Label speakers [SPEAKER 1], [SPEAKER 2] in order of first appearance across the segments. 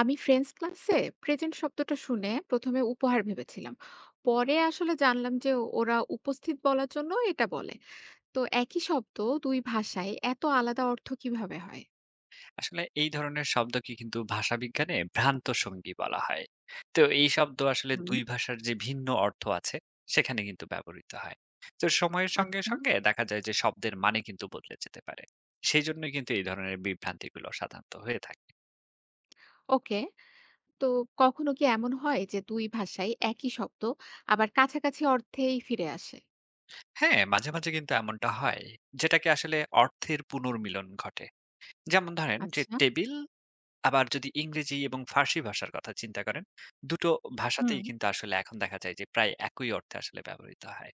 [SPEAKER 1] আমি ফ্রেঞ্চ ক্লাসে প্রেজেন্ট শব্দটা শুনে প্রথমে উপহার ভেবেছিলাম। পরে আসলে জানলাম যে ওরা উপস্থিত বলার জন্য এটা বলে। তো একই শব্দ দুই ভাষায় এত আলাদা অর্থ কিভাবে হয়?
[SPEAKER 2] আসলে এই ধরনের শব্দকে কিন্তু ভাষাবিজ্ঞানে ভ্রান্ত সঙ্গী বলা হয়। তো এই শব্দ আসলে
[SPEAKER 1] হুম।
[SPEAKER 2] দুই ভাষার যে ভিন্ন অর্থ আছে সেখানে কিন্তু ব্যবহৃত হয়। তো সময়ের সঙ্গে
[SPEAKER 1] আচ্ছা।
[SPEAKER 2] সঙ্গে দেখা যায় যে শব্দের মানে কিন্তু বদলে যেতে পারে। সেই জন্য কিন্তু এই ধরনের বিভ্রান্তিগুলো সাধারণত হয়ে থাকে।
[SPEAKER 1] ওকে। তো কখনো কি এমন হয় যে দুই ভাষায় একই শব্দ আবার কাছাকাছি অর্থেই ফিরে আসে?
[SPEAKER 2] হ্যাঁ, মাঝে মাঝে কিন্তু এমনটা হয়, যেটাকে আসলে অর্থের পুনর্মিলন ঘটে। যেমন ধরেন যে
[SPEAKER 1] আচ্ছা।
[SPEAKER 2] টেবিল, আবার যদি ইংরেজি এবং ফার্সি ভাষার কথা চিন্তা করেন, দুটো
[SPEAKER 1] হুম।
[SPEAKER 2] ভাষাতেই কিন্তু আসলে এখন দেখা যায় যে প্রায় একই অর্থে আসলে ব্যবহৃত হয়।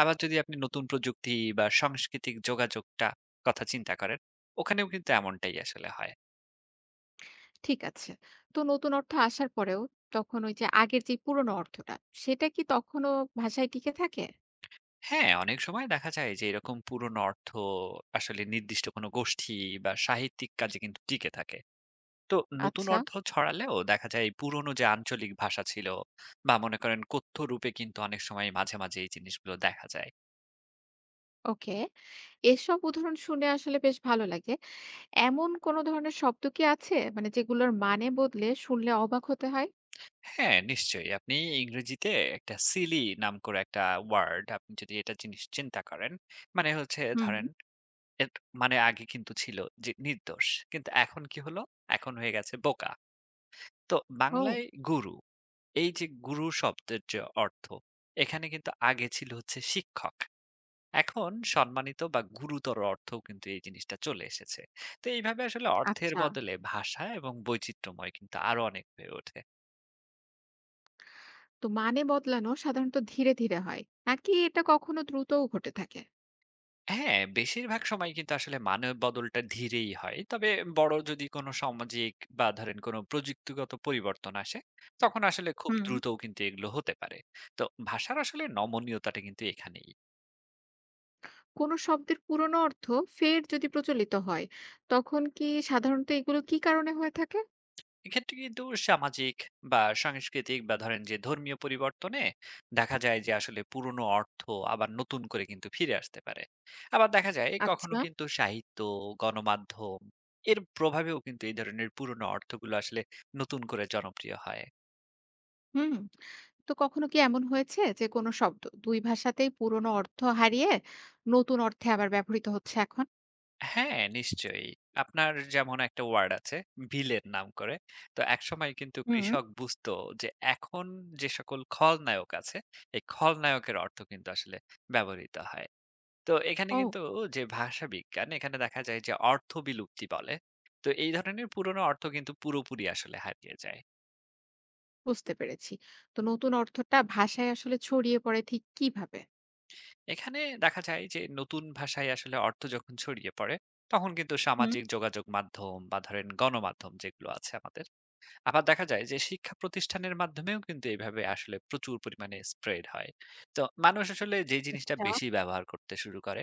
[SPEAKER 2] আবার যদি আপনি নতুন প্রযুক্তি বা সাংস্কৃতিক যোগাযোগটা কথা চিন্তা করেন, ওখানেও কিন্তু এমনটাই আসলে হয়।
[SPEAKER 1] ঠিক আছে। তো নতুন অর্থ আসার পরেও তখন ওই যে আগের যে পুরনো অর্থটা সেটা কি তখনও ভাষায় টিকে থাকে?
[SPEAKER 2] হ্যাঁ, অনেক সময় দেখা যায় যে এরকম পুরনো অর্থ আসলে নির্দিষ্ট কোনো গোষ্ঠী বা সাহিত্যিক কাজে কিন্তু টিকে থাকে। তো নতুন
[SPEAKER 1] আচ্ছা।
[SPEAKER 2] অর্থ ছড়ালেও দেখা যায় পুরনো যে আঞ্চলিক ভাষা ছিল বা মনে করেন কথ্য রূপে কিন্তু অনেক সময় মাঝে মাঝে এই জিনিসগুলো দেখা যায়।
[SPEAKER 1] ওকে। এসব উদাহরণ শুনে আসলে বেশ ভালো লাগে। এমন কোন ধরনের শব্দ কি আছে? মানে যেগুলোর মানে বদলে শুনলে অবাক হতে হয়?
[SPEAKER 2] হ্যাঁ, নিশ্চয়ই। আপনি ইংরেজিতে একটা সিলি নাম করে একটা ওয়ার্ড, আপনি যদি এটা জিনিস চিন্তা করেন, মানে হচ্ছে
[SPEAKER 1] হুম।
[SPEAKER 2] ধরেন এট মানে আগে কিন্তু ছিল যে নির্দোষ। কিন্তু এখন কি হলো? এখন হয়ে গেছে বোকা। তো
[SPEAKER 1] ও।
[SPEAKER 2] বাংলায় গুরু। এই যে গুরু শব্দের যে অর্থ, এখানে কিন্তু আগে ছিল হচ্ছে শিক্ষক। এখন সম্মানিত বা গুরুতর অর্থও কিন্তু এই জিনিসটা চলে এসেছে। তো এইভাবে আসলে অর্থের
[SPEAKER 1] আচ্ছা।
[SPEAKER 2] বদলে ভাষা এবং বৈচিত্র্যময় কিন্তু আরো অনেক হয়ে ওঠে।
[SPEAKER 1] তো মানে বদলানো সাধারণত ধীরে হয়। নাকি এটা কখনো দ্রুতও ঘটে থাকে?
[SPEAKER 2] হ্যাঁ, বেশিরভাগ সময় কিন্তু আসলে মানব বদলটা ধীরেই হয়। তবে বড় যদি কোনো সামাজিক বা ধরেন কোনো প্রযুক্তিগত পরিবর্তন আসে, তখন আসলে খুব
[SPEAKER 1] হুম।
[SPEAKER 2] দ্রুতও কিন্তু এগুলো হতে পারে। তো ভাষার আসলে নমনীয়তাটা কিন্তু এখানেই।
[SPEAKER 1] কোনো শব্দের পুরনো অর্থ ফের যদি প্রচলিত হয়, তখন কি সাধারণত এগুলো কি কারণে হয়ে থাকে?
[SPEAKER 2] এক্ষেত্রে কিন্তু সামাজিক বা সাংস্কৃতিক বা ধরেন যে ধর্মীয় পরিবর্তনে দেখা যায় যে আসলে পুরনো অর্থ আবার নতুন করে কিন্তু ফিরে আসতে পারে। আবার দেখা যায় কখনো
[SPEAKER 1] আচ্ছা।
[SPEAKER 2] কিন্তু সাহিত্য, গণমাধ্যম এর প্রভাবেও কিন্তু এই ধরনের পুরনো অর্থগুলো আসলে নতুন করে জনপ্রিয় হয়।
[SPEAKER 1] হুম। তো কখনো কি এমন হয়েছে যে কোনো শব্দ ২ ভাষাতেই পুরনো অর্থ হারিয়ে নতুন অর্থে আবার ব্যবহৃত হচ্ছে এখন?
[SPEAKER 2] হ্যাঁ, নিশ্চয়ই। আপনার যেমন একটা ওয়ার্ড আছে, বিলের নাম করে। তো একসময় কিন্তু
[SPEAKER 1] হুম।
[SPEAKER 2] কৃষক বুঝতো যে, এখন যে সকল খলনায়ক আছে, এই খলনায়কের অর্থ কিন্তু আসলে ব্যবহৃত হয়। তো এখানে
[SPEAKER 1] ও।
[SPEAKER 2] কিন্তু যে ভাষা বিজ্ঞান, এখানে দেখা যায় যে অর্থ বিলুপ্তি বলে। তো এই ধরনের পুরনো অর্থ কিন্তু পুরোপুরি আসলে হারিয়ে যায়।
[SPEAKER 1] বুঝতে পেরেছি। তো নতুন অর্থটা ভাষায় আসলে ছড়িয়ে পড়ে ঠিক কিভাবে?
[SPEAKER 2] এখানে দেখা যায় যে নতুন ভাষায় আসলে অর্থ যখন ছড়িয়ে পড়ে, তখন কিন্তু
[SPEAKER 1] হুম।
[SPEAKER 2] সামাজিক যোগাযোগ মাধ্যম বা ধরেন গণমাধ্যম যেগুলো আছে আমাদের, আবার দেখা যায় যে শিক্ষা প্রতিষ্ঠানের মাধ্যমেও কিন্তু এইভাবে আসলে প্রচুর পরিমাণে স্প্রেড হয়। তো মানুষ আসলে যে জিনিসটা
[SPEAKER 1] আচ্ছা।
[SPEAKER 2] বেশি ব্যবহার করতে শুরু করে,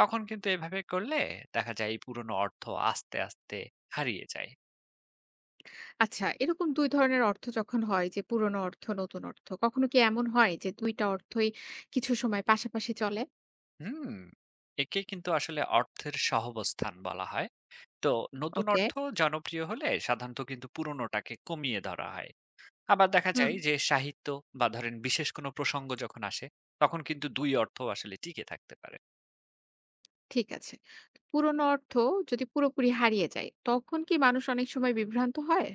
[SPEAKER 2] তখন কিন্তু এভাবে করলে দেখা যায় এই পুরনো অর্থ আস্তে আস্তে হারিয়ে যায়।
[SPEAKER 1] আচ্ছা, এরকম ২ ধরনের অর্থ যখন হয় যে পুরনো অর্থ, নতুন অর্থ, কখনো কি এমন হয় যে ২ টা অর্থই কিছু সময় পাশাপাশি চলে?
[SPEAKER 2] হুম। একে কিন্তু আসলে অর্থের সহাবস্থান বলা হয়। তো নতুন
[SPEAKER 1] ওকে।
[SPEAKER 2] অর্থ জনপ্রিয় হলে সাধারণত কিন্তু পুরনোটাকে কমিয়ে ধরা হয়। আবার দেখা
[SPEAKER 1] হুম।
[SPEAKER 2] যায় যে সাহিত্য বা ধরেন বিশেষ কোনো প্রসঙ্গ যখন আসে, তখন কিন্তু দুই অর্থ আসলে টিকে থাকতে পারে।
[SPEAKER 1] ঠিক আছে। পুরনো অর্থ যদি পুরোপুরি হারিয়ে যায়, তখন কি মানুষ অনেক সময় বিভ্রান্ত হয়?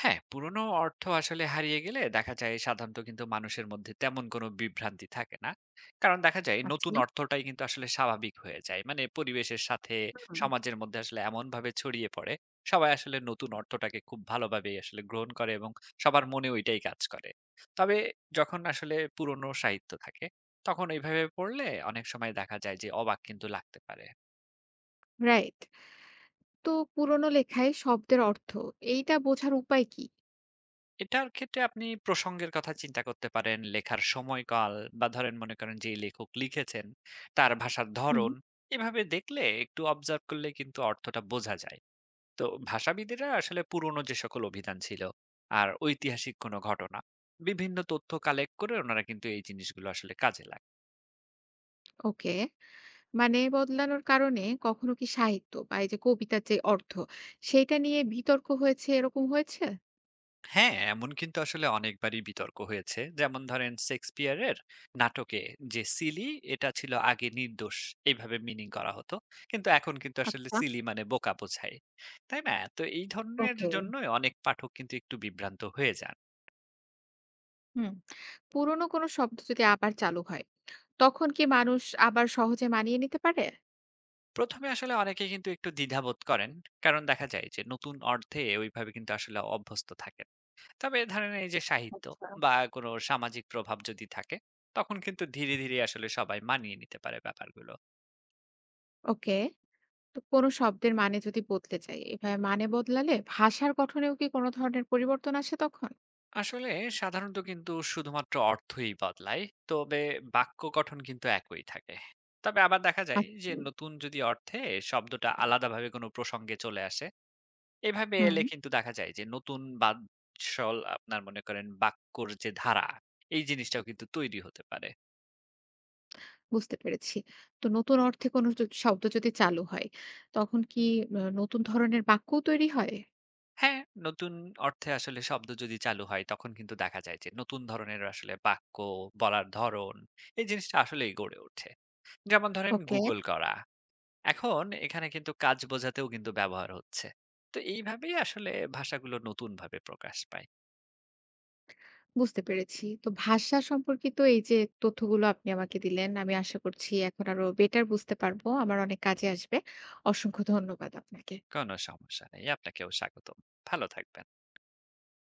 [SPEAKER 2] হ্যাঁ, পুরনো অর্থ আসলে হারিয়ে গেলে দেখা যায় সাধারণত কিন্তু মানুষের মধ্যে তেমন কোনো বিভ্রান্তি থাকে না। কারণ দেখা যায় নতুন
[SPEAKER 1] আচ্ছা।
[SPEAKER 2] অর্থটাই কিন্তু আসলে স্বাভাবিক হয়ে যায়। মানে পরিবেশের সাথে
[SPEAKER 1] হুম।
[SPEAKER 2] সমাজের মধ্যে আসলে এমনভাবে ছড়িয়ে পড়ে, সবাই আসলে নতুন অর্থটাকে খুব ভালোভাবেই আসলে গ্রহণ করে, এবং সবার মনে ওইটাই কাজ করে। তবে যখন আসলে পুরনো সাহিত্য থাকে, তখন এইভাবে পড়লে অনেক সময় দেখা যায় যে অবাক কিন্তু লাগতে পারে।
[SPEAKER 1] রাইট। তো পুরনো লেখায় শব্দের অর্থ এইটা বোঝার উপায় কি?
[SPEAKER 2] এটার ক্ষেত্রে আপনি প্রসঙ্গের কথা চিন্তা করতে পারেন, লেখার সময়কাল বা ধরেন মনে করেন যে লেখক লিখেছেন, তার ভাষার
[SPEAKER 1] হুম।
[SPEAKER 2] ধরন। এভাবে দেখলে, একটু অবজার্ভ করলে কিন্তু অর্থটা বোঝা যায়। তো ভাষাবিদেরা আসলে পুরনো যে সকল অভিধান ছিল আর ঐতিহাসিক কোনো ঘটনা, বিভিন্ন তথ্য কালেক্ট করে ওনারা কিন্তু এই জিনিসগুলো আসলে কাজে লাগান।
[SPEAKER 1] ওকে। মানে বদলানোর কারণে কখনো কি সাহিত্য বা এই যে কবিতার যে অর্থ সেইটা নিয়ে বিতর্ক হয়েছে, এরকম হয়েছে?
[SPEAKER 2] হ্যাঁ, এমন কিন্তু আসলে অনেকবারই বিতর্ক হয়েছে। যেমন ধরেন শেক্সপিয়ারের নাটকে যে সিলি, এটা ছিল আগে নির্দোষ, এইভাবে মিনিং করা হতো। কিন্তু এখন কিন্তু আসলে
[SPEAKER 1] আচ্ছা।
[SPEAKER 2] সিলি মানে বোকা বোঝায়। তাই না? তো এই ধরনের
[SPEAKER 1] ওকে।
[SPEAKER 2] জন্যই অনেক পাঠক কিন্তু একটু বিভ্রান্ত হয়ে যান।
[SPEAKER 1] হুম। পুরোনো কোনো শব্দ যদি আবার চালু হয়, তখন কি মানুষ আবার সহজে মানিয়ে নিতে পারে?
[SPEAKER 2] ১ম এ আসলে অনেকে কিন্তু একটু দ্বিধাবোধ করেন। কারণ দেখা যায় যে নতুন অর্থে ওইভাবে কিন্তু আসলে অভ্যস্ত থাকেন। তবে ধরেন এই যে সাহিত্য
[SPEAKER 1] আচ্ছা।
[SPEAKER 2] বা কোনো সামাজিক প্রভাব যদি থাকে, তখন কিন্তু ধীরে, ধীরে আসলে সবাই মানিয়ে নিতে পারে ব্যাপারগুলো।
[SPEAKER 1] ওকে। তো কোনো শব্দের মানে যদি বদলে যায়, এভাবে মানে বদলালে ভাষার গঠনেও কি কোনো ধরনের পরিবর্তন আসে তখন?
[SPEAKER 2] আসলে সাধারণত কিন্তু শুধুমাত্র অর্থই বদলায়। তবে বাক্য গঠন কিন্তু একই থাকে। তবে আবার দেখা যায় যে
[SPEAKER 1] আচ্ছা।
[SPEAKER 2] নতুন যদি অর্থে শব্দটা আলাদাভাবে কোনো প্রসঙ্গে চলে আসে, এভাবে
[SPEAKER 1] হুম।
[SPEAKER 2] এলে কিন্তু দেখা যায় যে নতুন বাদশল আপনার মনে করেন বাক্যর যে ধারা, এই জিনিসটাও কিন্তু তৈরি হতে পারে।
[SPEAKER 1] বুঝতে পেরেছি। তো নতুন অর্থে কোনো শব্দ যদি চালু হয়, তখন কি নতুন ধরনের বাক্যও তৈরি হয়?
[SPEAKER 2] হ্যাঁ, নতুন অর্থে আসলে শব্দ যদি চালু হয় তখন কিন্তু দেখা যায় যে নতুন ধরনের আসলে বাক্য, বলার ধরন, এই জিনিসটা আসলেই গড়ে ওঠে। যেমন ধরেন
[SPEAKER 1] ওকে,
[SPEAKER 2] গুগল করা, এখন এখানে কিন্তু কাজ বোঝাতেও কিন্তু ব্যবহার হচ্ছে। তো এইভাবেই আসলে ভাষাগুলো নতুনভাবে প্রকাশ পায়।
[SPEAKER 1] বুঝতে পেরেছি। তো ভাষা সম্পর্কিত এই যে তথ্যগুলো আপনি আমাকে দিলেন, আমি আশা করছি এখন আরো বেটার বুঝতে পারবো। আমার অনেক কাজে আসবে। অসংখ্য ধন্যবাদ আপনাকে।
[SPEAKER 2] কোনো সমস্যা নেই। আপনাকেও স্বাগতম। ভালো থাকবেন।